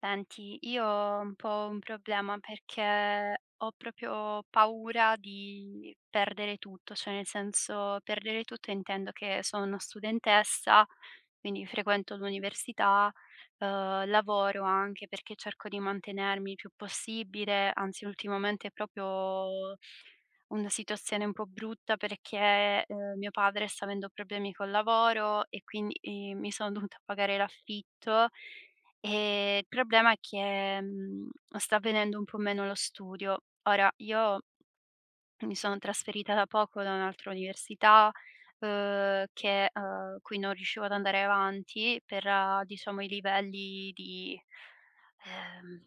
Senti, io ho un po' un problema perché ho proprio paura di perdere tutto, cioè nel senso perdere tutto intendo che sono una studentessa, quindi frequento l'università, lavoro anche perché cerco di mantenermi il più possibile, anzi ultimamente è proprio una situazione un po' brutta perché mio padre sta avendo problemi col lavoro e quindi mi sono dovuta pagare l'affitto. Il problema è che, sta avvenendo un po' meno lo studio. Ora io mi sono trasferita da poco da un'altra università, che cui non riuscivo ad andare avanti per, diciamo, i livelli di ehm,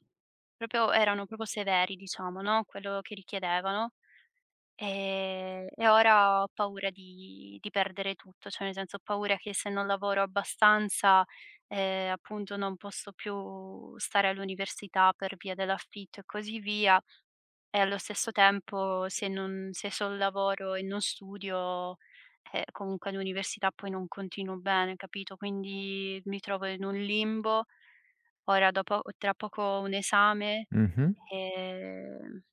proprio erano proprio severi, diciamo, no, quello che richiedevano. E ora ho paura di perdere tutto, cioè nel senso ho paura che se non lavoro abbastanza, appunto non posso più stare all'università per via dell'affitto e così via, e allo stesso tempo se solo lavoro e non studio, comunque all'università poi non continuo bene, capito, quindi mi trovo in un limbo. Ora dopo tra poco ho un esame, Mh-mh. ehm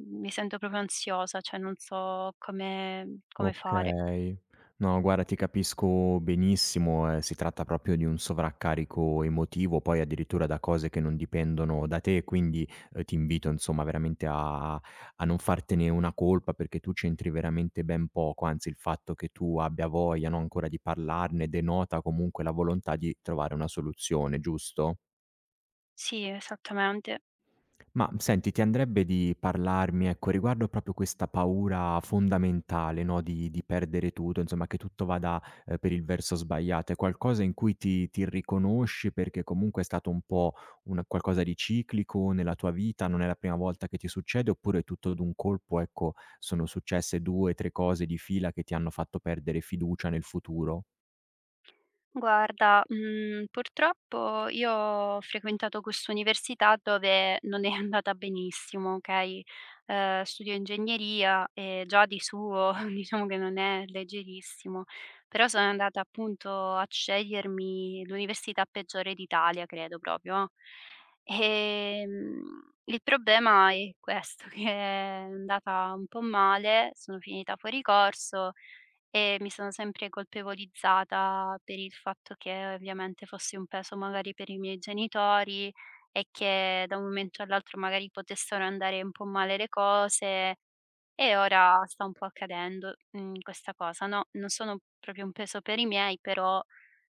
mi sento proprio ansiosa, cioè non so come fare. Okay. No, guarda ti capisco benissimo, si tratta proprio di un sovraccarico emotivo, poi addirittura da cose che non dipendono da te, quindi, ti invito insomma veramente a non fartene una colpa perché tu c'entri veramente ben poco, anzi il fatto che tu abbia voglia, no, ancora di parlarne denota comunque la volontà di trovare una soluzione, giusto? Sì, esattamente. Ma senti, ti andrebbe di parlarmi, ecco, riguardo proprio questa paura fondamentale, no, di perdere tutto, insomma che tutto vada, per il verso sbagliato. È qualcosa in cui ti riconosci perché comunque è stato un po' un qualcosa di ciclico nella tua vita, non è la prima volta che ti succede, oppure tutto d'un colpo, ecco, sono successe 2, 3 cose di fila che ti hanno fatto perdere fiducia nel futuro? Guarda, purtroppo io ho frequentato quest'università dove non è andata benissimo, okay, studio ingegneria e già di suo diciamo che non è leggerissimo, però sono andata appunto a scegliermi l'università peggiore d'Italia, credo proprio, no, ehm, il problema è questo, che è andata un po' male, sono finita fuori corso e mi sono sempre colpevolizzata per il fatto che ovviamente fossi un peso magari per i miei genitori e che da un momento all'altro magari potessero andare un po' male le cose e ora sta un po' accadendo, questa cosa, no, non sono proprio un peso per i miei, però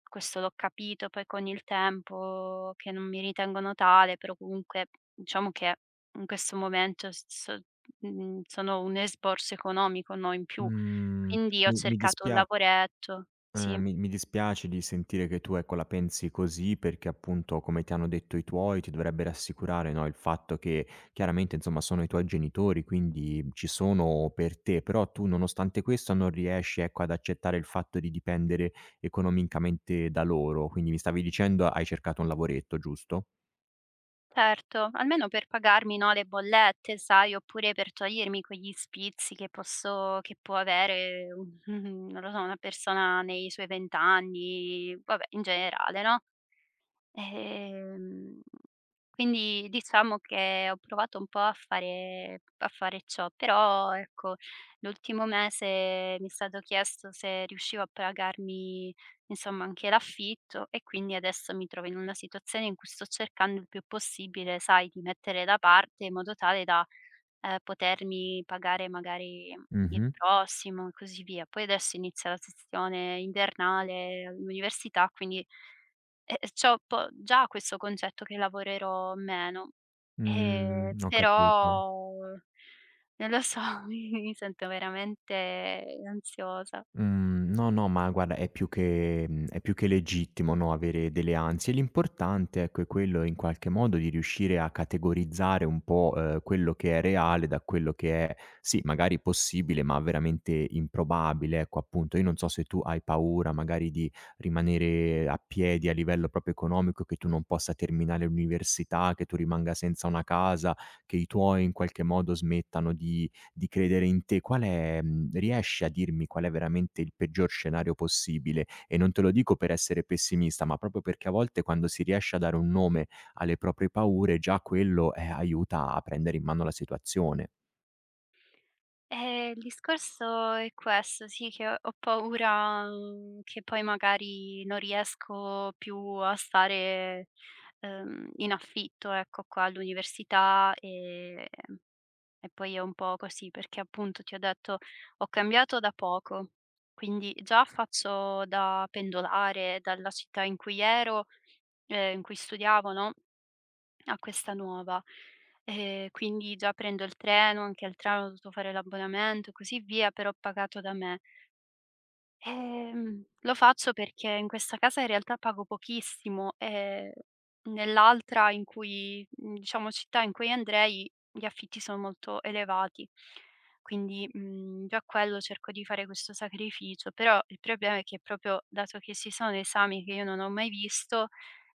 questo l'ho capito poi con il tempo che non mi ritengono tale, però comunque diciamo che in questo momento sono un esborso economico, no, in più. Mhmm, Quindi ho mi mi cercato un dispia lavoretto, sì, Mi dispiace di sentire che tu, ecco, la pensi così perché appunto, come ti hanno detto i tuoi, ti dovrebbe rassicurare, no, il fatto che chiaramente, insomma, sono i tuoi genitori, quindi ci sono per te, però tu nonostante questo non riesci, ecco, ad accettare il fatto di dipendere economicamente da loro. Quindi mi stavi dicendo hai cercato un lavoretto, giusto? certo, almeno per pagarmi, no, le bollette, sai, oppure per togliermi quegli sfizi che posso che può avere un non lo so, una persona nei suoi 20 anni, vabbè in generale, no? Ehm, quindi diciamo che ho provato un po' a fare ciò, però ecco, l'ultimo mese mi è stato chiesto se riuscivo a pagarmi, insomma, anche l'affitto e quindi adesso mi trovo in una situazione in cui sto cercando il più possibile, sai, di mettere da parte in modo tale da potermi pagare magari il Mh-mh. prossimo e così via. Poi adesso inizia la sessione invernale all'università, quindi, c'ho po già questo concetto che lavorerò meno, Ho capito. però non lo so, mi sento veramente ansiosa. Mhmm, no, no, ma guarda è più che è più che legittimo, no, avere delle ansie. L'importante, ecco, è quello in qualche modo di riuscire a categorizzare un po', quello che è reale da quello che è, sì, magari possibile, ma veramente improbabile, ecco, appunto. Io non so se tu hai paura magari di rimanere a piedi a livello proprio economico, che tu non possa terminare l'università, che tu rimanga senza una casa, che i tuoi in qualche modo smettano di credere in te. Qual è riesci a dirmi qual è veramente il peggior scenario possibile? E non te lo dico per essere pessimista, ma proprio perché a volte quando si riesce a dare un nome alle proprie paure, già quello, aiuta a prendere in mano la situazione. Il discorso è questo, sì, che ho paura, che poi magari non riesco più a stare, in affitto, ecco, qua all'università, e poi è un po' così, perché appunto ti ho detto, ho cambiato da poco, quindi già faccio da pendolare dalla città in cui ero, in cui studiavo, no? A questa nuova. Quindi già prendo il treno, anche al treno ho dovuto fare l'abbonamento e così via, però pagato da me. Lo faccio perché in questa casa in realtà pago pochissimo e nell'altra in cui diciamo città in cui andrei, gli affitti sono molto elevati. Quindi, già quello cerco di fare questo sacrificio, però il problema è che proprio dato che ci sono esami che io non ho mai visto,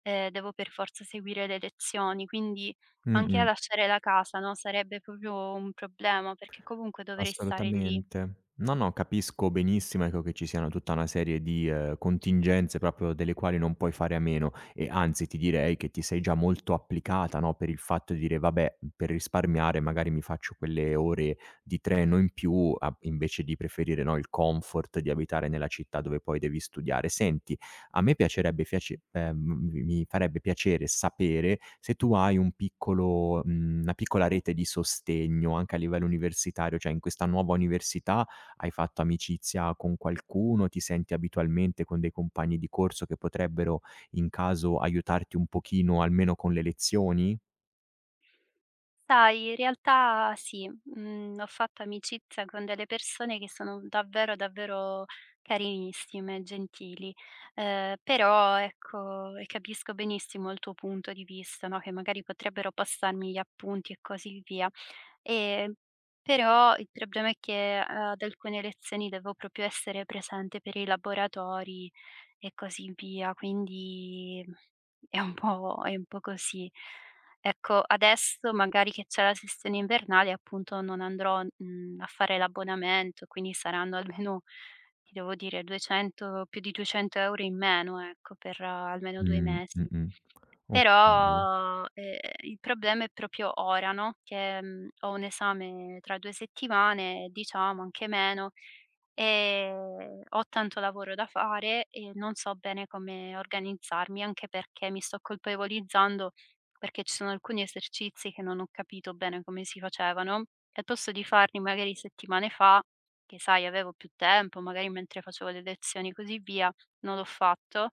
devo per forza seguire le lezioni, quindi anche a Mh-mh. lasciare la casa, no, sarebbe proprio un problema, perché comunque dovrei stare lì. Assolutamente. No, no, capisco benissimo, ecco, che ci siano tutta una serie di, contingenze proprio delle quali non puoi fare a meno e anzi ti direi che ti sei già molto applicata, no, per il fatto di dire: "Vabbè, per risparmiare magari mi faccio quelle ore di treno in più a invece di preferire, no, il comfort di abitare nella città dove poi devi studiare". Senti a me piacerebbe fiace mi farebbe piacere sapere se tu hai un piccolo una piccola rete di sostegno anche a livello universitario, cioè in questa nuova università hai fatto amicizia con qualcuno, ti senti abitualmente con dei compagni di corso che potrebbero in caso aiutarti un pochino almeno con le lezioni? Sai, in realtà sì, ho fatto amicizia con delle persone che sono davvero, davvero carinissime, gentili, però ecco e capisco benissimo il tuo punto di vista, no, che magari potrebbero passarmi gli appunti e così via. Ehm, Però il problema è che ad alcune lezioni devo proprio essere presente per i laboratori e così via, quindi è un po' così. Ecco, adesso magari che c'è la sessione invernale appunto non andrò, a fare l'abbonamento, quindi saranno almeno, ti devo dire 200, più di 200 € in meno, ecco, per almeno 2 mesi. Mh-mh. Okay. Però, il problema è proprio ora, no, che, ho un esame tra 2 settimane, diciamo anche meno, ho tanto lavoro da fare e non so bene come organizzarmi, anche perché mi sto colpevolizzando, perché ci sono alcuni esercizi che non ho capito bene come si facevano, e al posto di farli magari settimane fa, che sai avevo più tempo, magari mentre facevo le lezioni e così via, non l'ho fatto.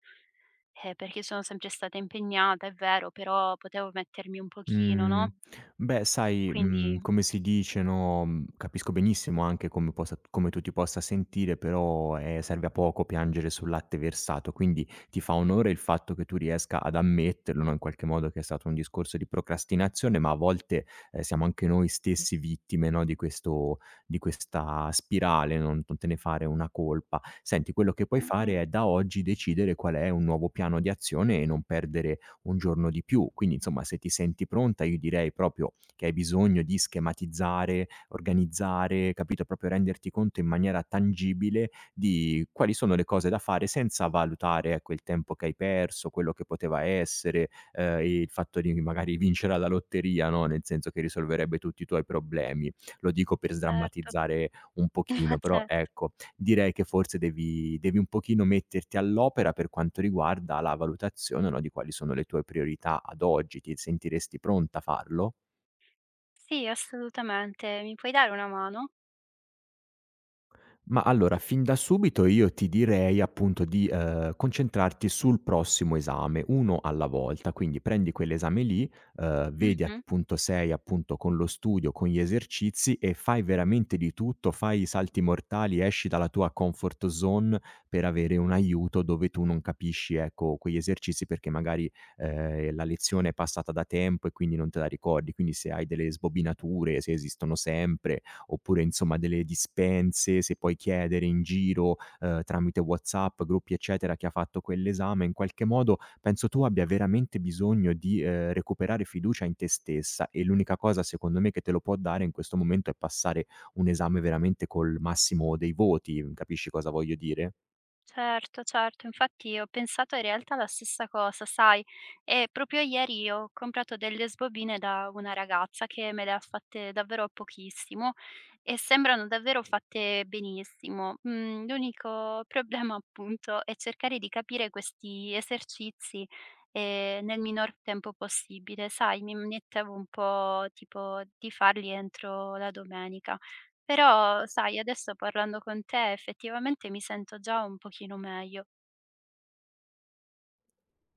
Perché sono sempre stata impegnata, è vero, però potevo mettermi un pochino, no, Mhmm, beh sai, quindi. come si dice, no, capisco benissimo anche come possa come tu ti possa sentire, però, serve a poco piangere sul latte versato, quindi ti fa onore il fatto che tu riesca ad ammetterlo, no, in qualche modo che è stato un discorso di procrastinazione, ma a volte, siamo anche noi stessi vittime, no, di questo di questa spirale, non te ne fare una colpa. Senti, quello che puoi Mh-mh. fare è da oggi decidere qual è un nuovo piano di azione e non perdere un giorno di più. Quindi insomma se ti senti pronta io direi proprio che hai bisogno di schematizzare, organizzare, capito, proprio renderti conto in maniera tangibile di quali sono le cose da fare senza valutare ecco il tempo che hai perso, quello che poteva essere, il fatto di magari vincere alla lotteria, no, nel senso che risolverebbe tutti i tuoi problemi. Lo dico per Certo, sdrammatizzare un ma pochino, però cer ecco direi che forse devi un pochino metterti all'opera per quanto riguarda la valutazione, no, di quali sono le tue priorità ad oggi. Ti sentiresti pronta a farlo? sì, assolutamente. Mi puoi dare una mano? Ma allora, fin da subito io ti direi appunto di, concentrarti sul prossimo esame, uno alla volta. Quindi prendi quell'esame lì, vedi a che Mh-mh. punto sei appunto con lo studio, con gli esercizi e fai veramente di tutto, fai i salti mortali, esci dalla tua comfort zone per avere un aiuto dove tu non capisci, ecco, quegli esercizi perché magari, la lezione è passata da tempo e quindi non te la ricordi. Quindi se hai delle sbobinature, se esistono sempre oppure insomma delle dispense, se puoi chiedere in giro, tramite WhatsApp, gruppi eccetera, chi ha fatto quell'esame, in qualche modo penso tu abbia veramente bisogno di, recuperare fiducia in te stessa e l'unica cosa secondo me che te lo può dare in questo momento è passare un esame veramente col massimo dei voti, capisci cosa voglio dire? Certo, certo, infatti ho pensato in realtà la stessa cosa, sai, e proprio ieri ho comprato delle sbobine da una ragazza che me le ha fatte davvero a pochissimo e sembrano davvero fatte benissimo. Mm, l'unico problema appunto è cercare di capire questi esercizi, nel minor tempo possibile, sai, mi mettevo un po' tipo di farli entro la domenica. Però sai, adesso parlando con te effettivamente mi sento già un pochino meglio.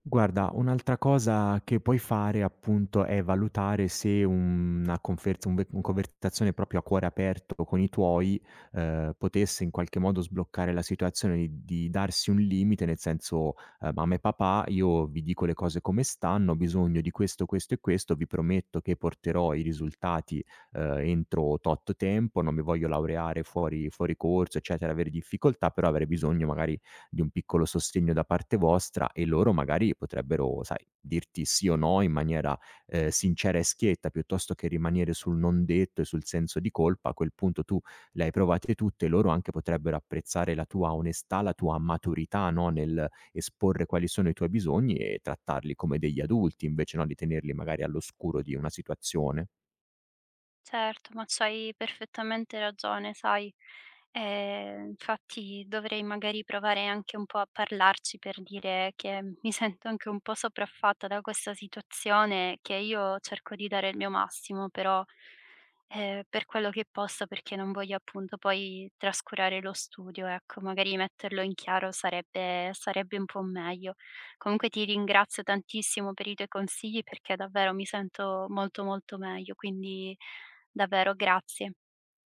Guarda, un'altra cosa che puoi fare appunto è valutare se una conferz un ve un conversazione proprio a cuore aperto con i tuoi, potesse in qualche modo sbloccare la situazione di darsi un limite, nel senso: Mamma e papà, io vi dico le cose come stanno, ho bisogno di questo, questo e questo, vi prometto che porterò i risultati, entro tot tempo, non mi voglio laureare fuori corso, eccetera, avere difficoltà, però avrei bisogno magari di un piccolo sostegno da parte vostra e loro magari potrebbero, sai, dirti sì o no in maniera, sincera e schietta, piuttosto che rimanere sul non detto e sul senso di colpa. A quel punto tu le hai provate tutte e loro anche potrebbero apprezzare la tua onestà, la tua maturità, no, nel esporre quali sono i tuoi bisogni e trattarli come degli adulti, invece, no, di tenerli magari all'oscuro di una situazione. Certo, ma c'hai perfettamente ragione, sai. Infatti dovrei magari provare anche un po' a parlarci per dire che mi sento anche un po' sopraffatta da questa situazione, che io cerco di dare il mio massimo, però, per quello che posso, perché non voglio appunto poi trascurare lo studio, ecco. Magari metterlo in chiaro sarebbe un po' meglio. Comunque ti ringrazio tantissimo per i tuoi consigli, perché davvero mi sento molto, molto meglio, quindi. Davvero, grazie.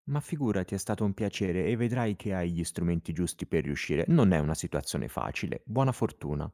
Ma figurati, è stato un piacere e vedrai che hai gli strumenti giusti per riuscire. Non è una situazione facile. Buona fortuna.